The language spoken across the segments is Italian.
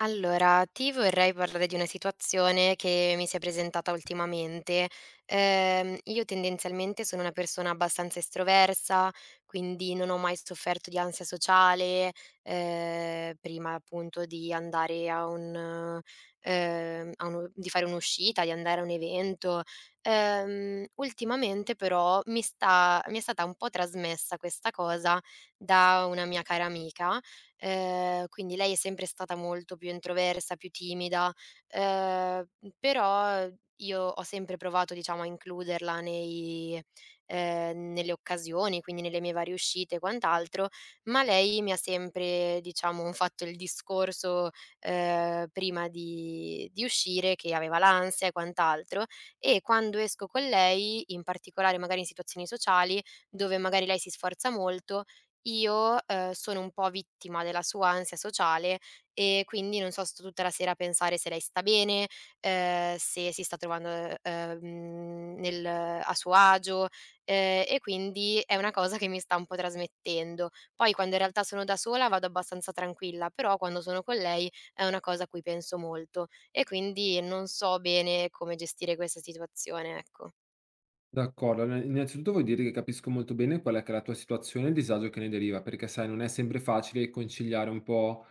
Allora, ti vorrei parlare di una situazione che mi si è presentata ultimamente. Io tendenzialmente sono una persona abbastanza estroversa, quindi non ho mai sofferto di ansia sociale, prima appunto di andare a un, a uno- di fare un'uscita, di andare a un evento. Ultimamente però mi è stata un po' trasmessa questa cosa da una mia cara amica. Quindi lei è sempre stata molto più introversa, più timida, ehm, però io ho sempre provato, diciamo, a includerla nei nelle occasioni, quindi nelle mie varie uscite e quant'altro, ma lei mi ha sempre, diciamo, fatto il discorso, prima di uscire, che aveva l'ansia e quant'altro. E quando esco con lei, in particolare magari in situazioni sociali, dove magari lei si sforza molto, io, sono un po' vittima della sua ansia sociale e quindi, non so, sto tutta la sera a pensare se lei sta bene, se si sta trovando, nel a suo agio, e quindi è una cosa che mi sta un po' trasmettendo. Poi, quando in realtà sono da sola, vado abbastanza tranquilla, però quando sono con lei è una cosa a cui penso molto e quindi non so bene come gestire questa situazione, ecco. D'accordo, allora innanzitutto voglio dire che capisco molto bene qual è che è la tua situazione e il disagio che ne deriva, perché sai, non è sempre facile conciliare un po'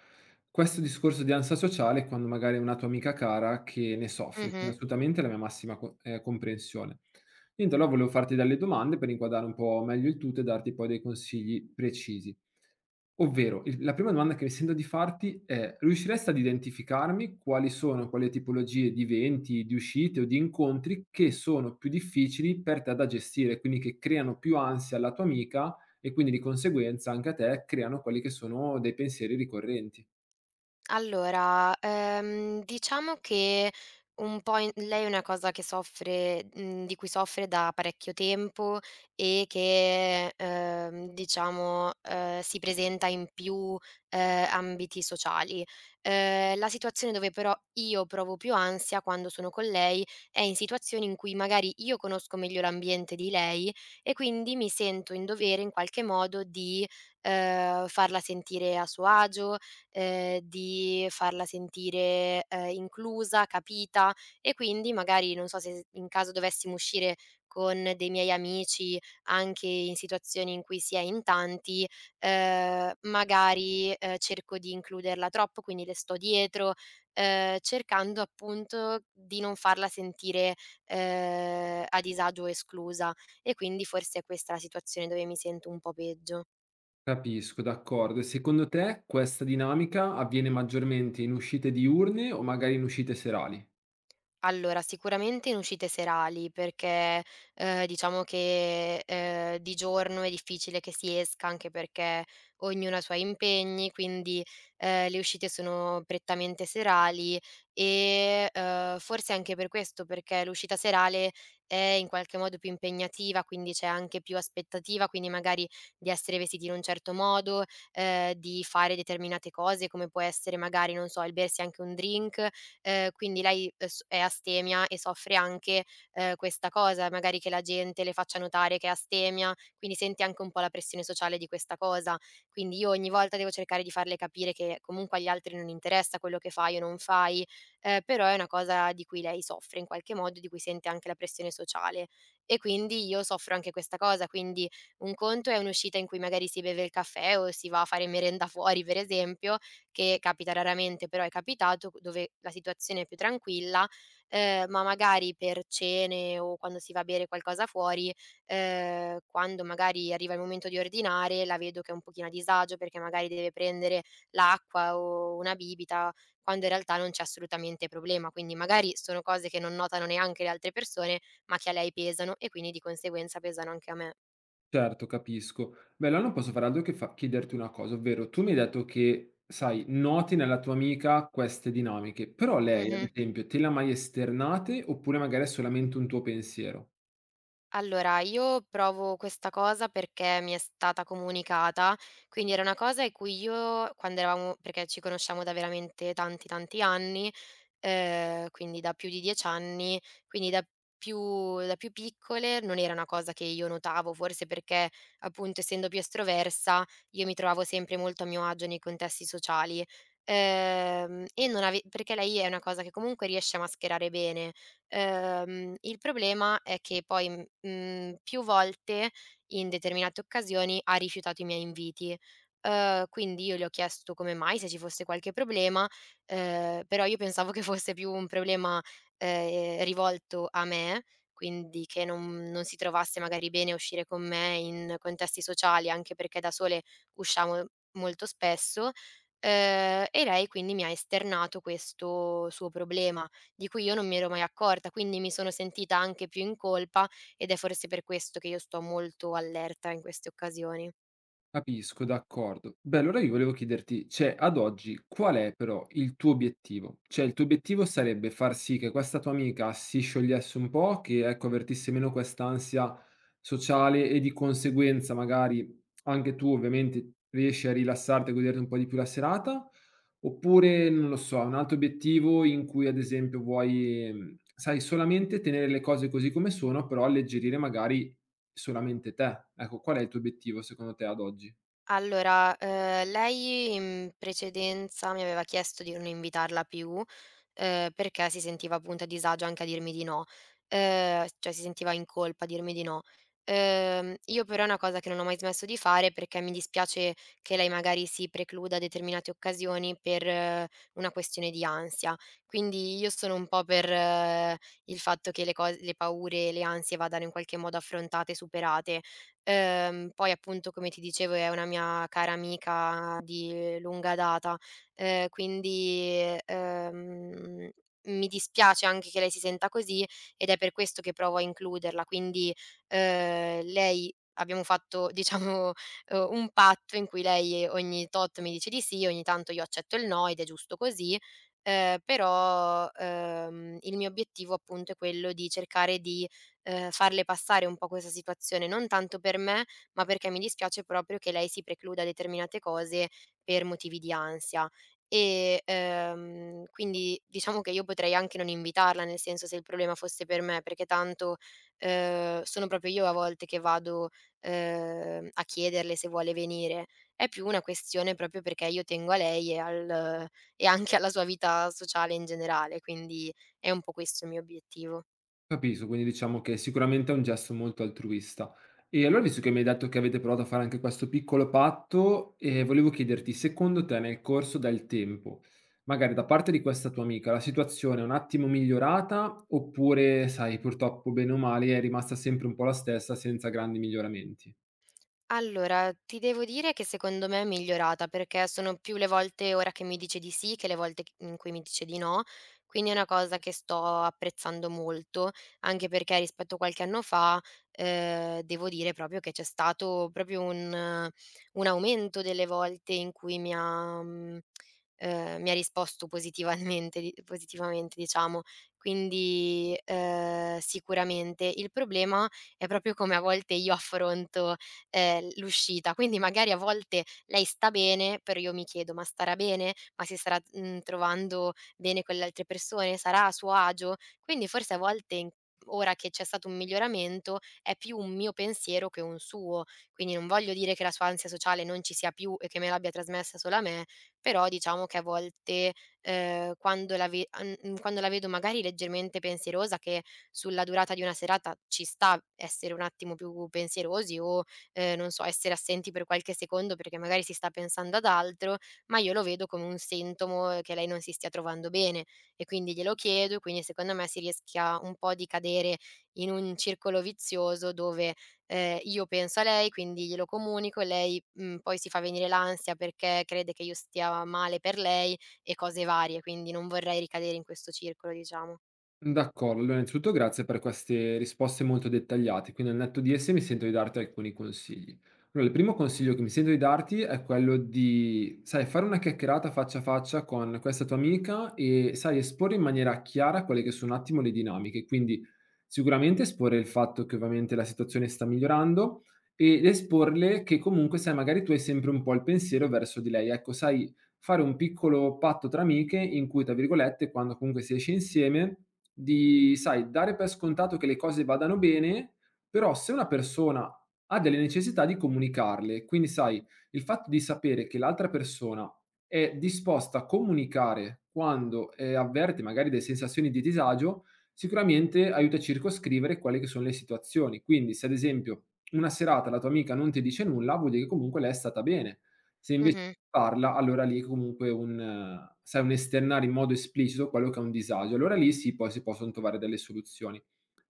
questo discorso di ansia sociale quando magari è una tua amica cara che ne soffre, Mh-mh. quindi assolutamente la mia massima comprensione. Niente, allora volevo farti delle domande per inquadrare un po' meglio il tutto e darti poi dei consigli precisi. Ovvero, il la prima domanda che mi sento di farti è: riusciresti ad identificarmi quali sono quelle tipologie di eventi, di uscite o di incontri che sono più difficili per te da gestire, quindi che creano più ansia alla tua amica e quindi di conseguenza anche a te creano quelli che sono dei pensieri ricorrenti. Allora, diciamo che un po' in lei è una cosa che di cui soffre da parecchio tempo e che, diciamo, si presenta in più, ambiti sociali. La situazione dove però io provo più ansia quando sono con lei è in situazioni in cui magari io conosco meglio l'ambiente di lei e quindi mi sento in dovere, in qualche modo, di farla sentire a suo agio, di farla sentire, inclusa, capita. E quindi magari non so, se in caso dovessimo uscire con dei miei amici, anche in situazioni in cui si è in tanti, magari, cerco di includerla troppo, quindi le sto dietro, cercando appunto di non farla sentire, a disagio o esclusa, e quindi forse è questa la situazione dove mi sento un po' peggio. Capisco, d'accordo. E secondo te questa dinamica avviene maggiormente in uscite diurne o magari in uscite serali? Allora, sicuramente in uscite serali, perché, diciamo che, di giorno è difficile che si esca, anche perché ognuno ha i suoi impegni, quindi, le uscite sono prettamente serali. E, forse anche per questo, perché l'uscita serale è, in qualche modo, più impegnativa, quindi c'è anche più aspettativa, quindi magari di essere vestiti in un certo modo, di fare determinate cose, come può essere magari, non so, il bersi anche un drink. Quindi lei, s è astemia e soffre anche, questa cosa, magari che la gente le faccia notare che è astemia, quindi sente anche un po' la pressione sociale di questa cosa. Quindi io ogni volta devo cercare di farle capire che comunque agli altri non interessa quello che fai o non fai, però è una cosa di cui lei soffre, in qualche modo, di cui sente anche la pressione sociale. E quindi io soffro anche questa cosa, quindi un conto è un'uscita in cui magari si beve il caffè o si va a fare merenda fuori, per esempio, che capita raramente, però è capitato, dove la situazione è più tranquilla, ma magari per cene, o quando si va a bere qualcosa fuori, quando magari arriva il momento di ordinare, la vedo che è un pochino a disagio, perché magari deve prendere l'acqua o una bibita, quando in realtà non c'è assolutamente problema. Quindi magari sono cose che non notano neanche le altre persone, ma che a lei pesano e quindi di conseguenza pesano anche a me. Certo, capisco. Beh, allora non posso fare altro che fa chiederti una cosa, ovvero tu mi hai detto che, sai, noti nella tua amica queste dinamiche, però lei, ad Mh-mh. esempio, te le ha mai esternate oppure magari è solamente un tuo pensiero? Allora, io provo questa cosa perché mi è stata comunicata, quindi era una cosa in cui io quando eravamo perché ci conosciamo da veramente tanti, tanti anni, quindi da più di 10 anni, quindi da più piccole non era una cosa che io notavo, forse perché appunto, essendo più estroversa, io mi trovavo sempre molto a mio agio nei contesti sociali. E non ave Perché lei è una cosa che comunque riesce a mascherare bene. Il problema è che poi, più volte in determinate occasioni ha rifiutato i miei inviti. Quindi io le ho chiesto come mai, se ci fosse qualche problema. Però io pensavo che fosse più un problema, rivolto a me, quindi che non si trovasse magari bene a uscire con me in contesti sociali, anche perché da sole usciamo molto spesso, e lei quindi mi ha esternato questo suo problema, di cui io non mi ero mai accorta, quindi mi sono sentita anche più in colpa ed è forse per questo che io sto molto allerta in queste occasioni. Capisco, d'accordo. Beh, allora io volevo chiederti, cioè, ad oggi qual è però il tuo obiettivo? Cioè, il tuo obiettivo sarebbe far sì che questa tua amica si sciogliesse un po', che ecco, avvertisse meno quest'ansia sociale e di conseguenza magari anche tu ovviamente riesci a rilassarti e goderti un po' di più la serata? Oppure, non lo so, un altro obiettivo in cui ad esempio vuoi, sai, solamente tenere le cose così come sono, però alleggerire magari solamente te. Ecco, qual è il tuo obiettivo secondo te ad oggi? Allora, lei in precedenza mi aveva chiesto di non invitarla più, perché si sentiva appunto a disagio anche a dirmi di no. Cioè, si sentiva in colpa a dirmi di no. Io però è una cosa che non ho mai smesso di fare, perché mi dispiace che lei magari si precluda determinate occasioni per una questione di ansia. Quindi io sono un po' per il fatto che le paure, le ansie vadano, in qualche modo, affrontate e superate. Poi appunto, come ti dicevo, è una mia cara amica di lunga data, quindi, mi dispiace anche che lei si senta così, ed è per questo che provo a includerla. Quindi, lei, abbiamo fatto diciamo, un patto in cui lei ogni tot mi dice di sì, ogni tanto io accetto il no, ed è giusto così, però, il mio obiettivo appunto è quello di cercare di farle passare un po' questa situazione, non tanto per me, ma perché mi dispiace proprio che lei si precluda determinate cose per motivi di ansia. E, quindi diciamo che io potrei anche non invitarla, nel senso, se il problema fosse per me, perché tanto, sono proprio io a volte che vado, a chiederle se vuole venire. È più una questione proprio perché io tengo a lei e al, e anche alla sua vita sociale in generale, quindi è un po' questo il mio obiettivo. Capisco, quindi diciamo che sicuramente è un gesto molto altruista. E allora, visto che mi hai detto che avete provato a fare anche questo piccolo patto, volevo chiederti, secondo te nel corso del tempo, magari da parte di questa tua amica, la situazione è un attimo migliorata oppure sai, purtroppo, bene o male, è rimasta sempre un po' la stessa senza grandi miglioramenti? Allora, ti devo dire che secondo me è migliorata, perché sono più le volte ora che mi dice di sì, che le volte c in cui mi dice di no, quindi è una cosa che sto apprezzando molto, anche perché rispetto a qualche anno fa, devo dire proprio che c'è stato proprio un aumento delle volte in cui mi ha risposto positivamente, di positivamente diciamo. Quindi, sicuramente. Il problema è proprio come a volte io affronto l'uscita. Quindi magari a volte lei sta bene, però io mi chiedo: "Ma starà bene? Ma si starà, trovando bene con le altre persone? Sarà a suo agio?" Quindi forse a volte, in ora che c'è stato un miglioramento, è più un mio pensiero che un suo. Quindi non voglio dire che la sua ansia sociale non ci sia più e che me l'abbia trasmessa solo a me, però diciamo che a volte, quando la ve an mhmm, quando la vedo magari leggermente pensierosa, che sulla durata di una serata ci sta essere un attimo più pensierosi, o non so, essere assenti per qualche secondo perché magari si sta pensando ad altro, ma io lo vedo come un sintomo che lei non si stia trovando bene, e quindi glielo chiedo, e quindi secondo me si rischia un po' di cadere in un circolo vizioso, dove, io penso a lei, quindi glielo comunico, lei, poi si fa venire l'ansia perché crede che io stia male per lei e cose varie, quindi non vorrei ricadere in questo circolo, diciamo. D'accordo, allora innanzitutto grazie per queste risposte molto dettagliate, quindi al netto di esse mi sento di darti alcuni consigli. Allora, il primo consiglio che mi sento di darti è quello di, sai, fare una chiacchierata faccia a faccia con questa tua amica e, sai, esporre in maniera chiara quelle che sono un attimo le dinamiche, quindi sicuramente esporre il fatto che ovviamente la situazione sta migliorando ed esporle che comunque, sai, magari tu hai sempre un po' il pensiero verso di lei, ecco, sai, fare un piccolo patto tra amiche in cui, tra virgolette, quando comunque si esce insieme di, sai, dare per scontato che le cose vadano bene, però se una persona ha delle necessità di comunicarle, quindi sai, il fatto di sapere che l'altra persona è disposta a comunicare quando avverte magari delle sensazioni di disagio, sicuramente aiuta a circoscrivere quelle che sono le situazioni. Quindi se ad esempio una serata la tua amica non ti dice nulla, vuol dire che comunque lei è stata bene. Se invece Mh-mh. parla, allora lì comunque un sai, un esternare in modo esplicito quello che è un disagio. Allora lì sì, poi si possono trovare delle soluzioni.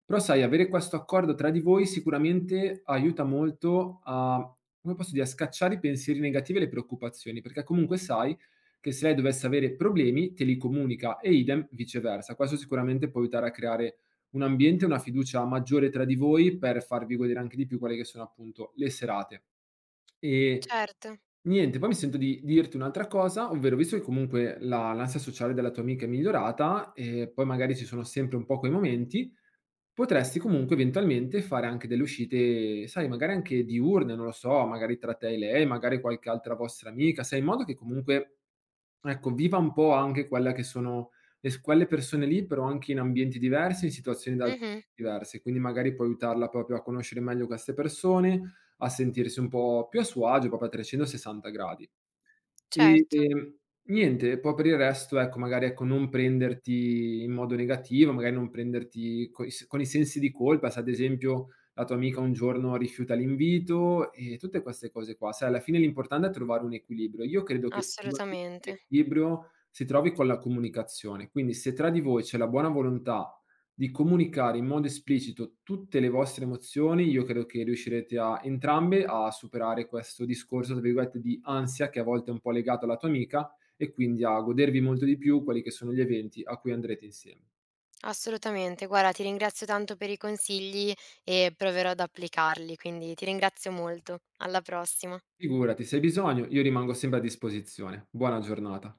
Però sai, avere questo accordo tra di voi sicuramente aiuta molto a come posso dire, a scacciare i pensieri negativi e le preoccupazioni, perché comunque sai che se lei dovesse avere problemi te li comunica e idem viceversa. Questo sicuramente può aiutare a creare un ambiente e una fiducia maggiore tra di voi per farvi godere anche di più quelle che sono appunto le serate. E Certo. Niente, poi mi sento di dirti un'altra cosa, ovvero visto che comunque la l'ansia sociale della tua amica è migliorata e poi magari ci sono sempre un po' quei momenti, potresti comunque eventualmente fare anche delle uscite, sai, magari anche diurne, non lo so, magari tra te e lei, magari qualche altra vostra amica, sai, in modo che comunque, ecco, viva un po' anche quella che sono le s quelle persone lì, però anche in ambienti diversi, in situazioni da Mh-mh. diverse. Quindi magari puoi aiutarla proprio a conoscere meglio queste persone, a sentirsi un po' più a suo agio, proprio a 360 gradi. E, Certo. ehm, niente, poi per il resto, ecco, magari, ecco, non prenderti in modo negativo, magari non prenderti coi s con i sensi di colpa, se ad esempio la tua amica un giorno rifiuta l'invito e tutte queste cose qua. Sai, alla fine l'importante è trovare un equilibrio. Io credo che Assolutamente. l'equilibrio si trovi con la comunicazione, quindi se tra di voi c'è la buona volontà di comunicare in modo esplicito tutte le vostre emozioni, io credo che riuscirete a entrambe a superare questo discorso, tra virgolette, di ansia che a volte è un po' legato alla tua amica e quindi a godervi molto di più quelli che sono gli eventi a cui andrete insieme. Assolutamente. Guarda, ti ringrazio tanto per i consigli e proverò ad applicarli, quindi ti ringrazio molto. Alla prossima. Figurati, se hai bisogno, io rimango sempre a disposizione. Buona giornata.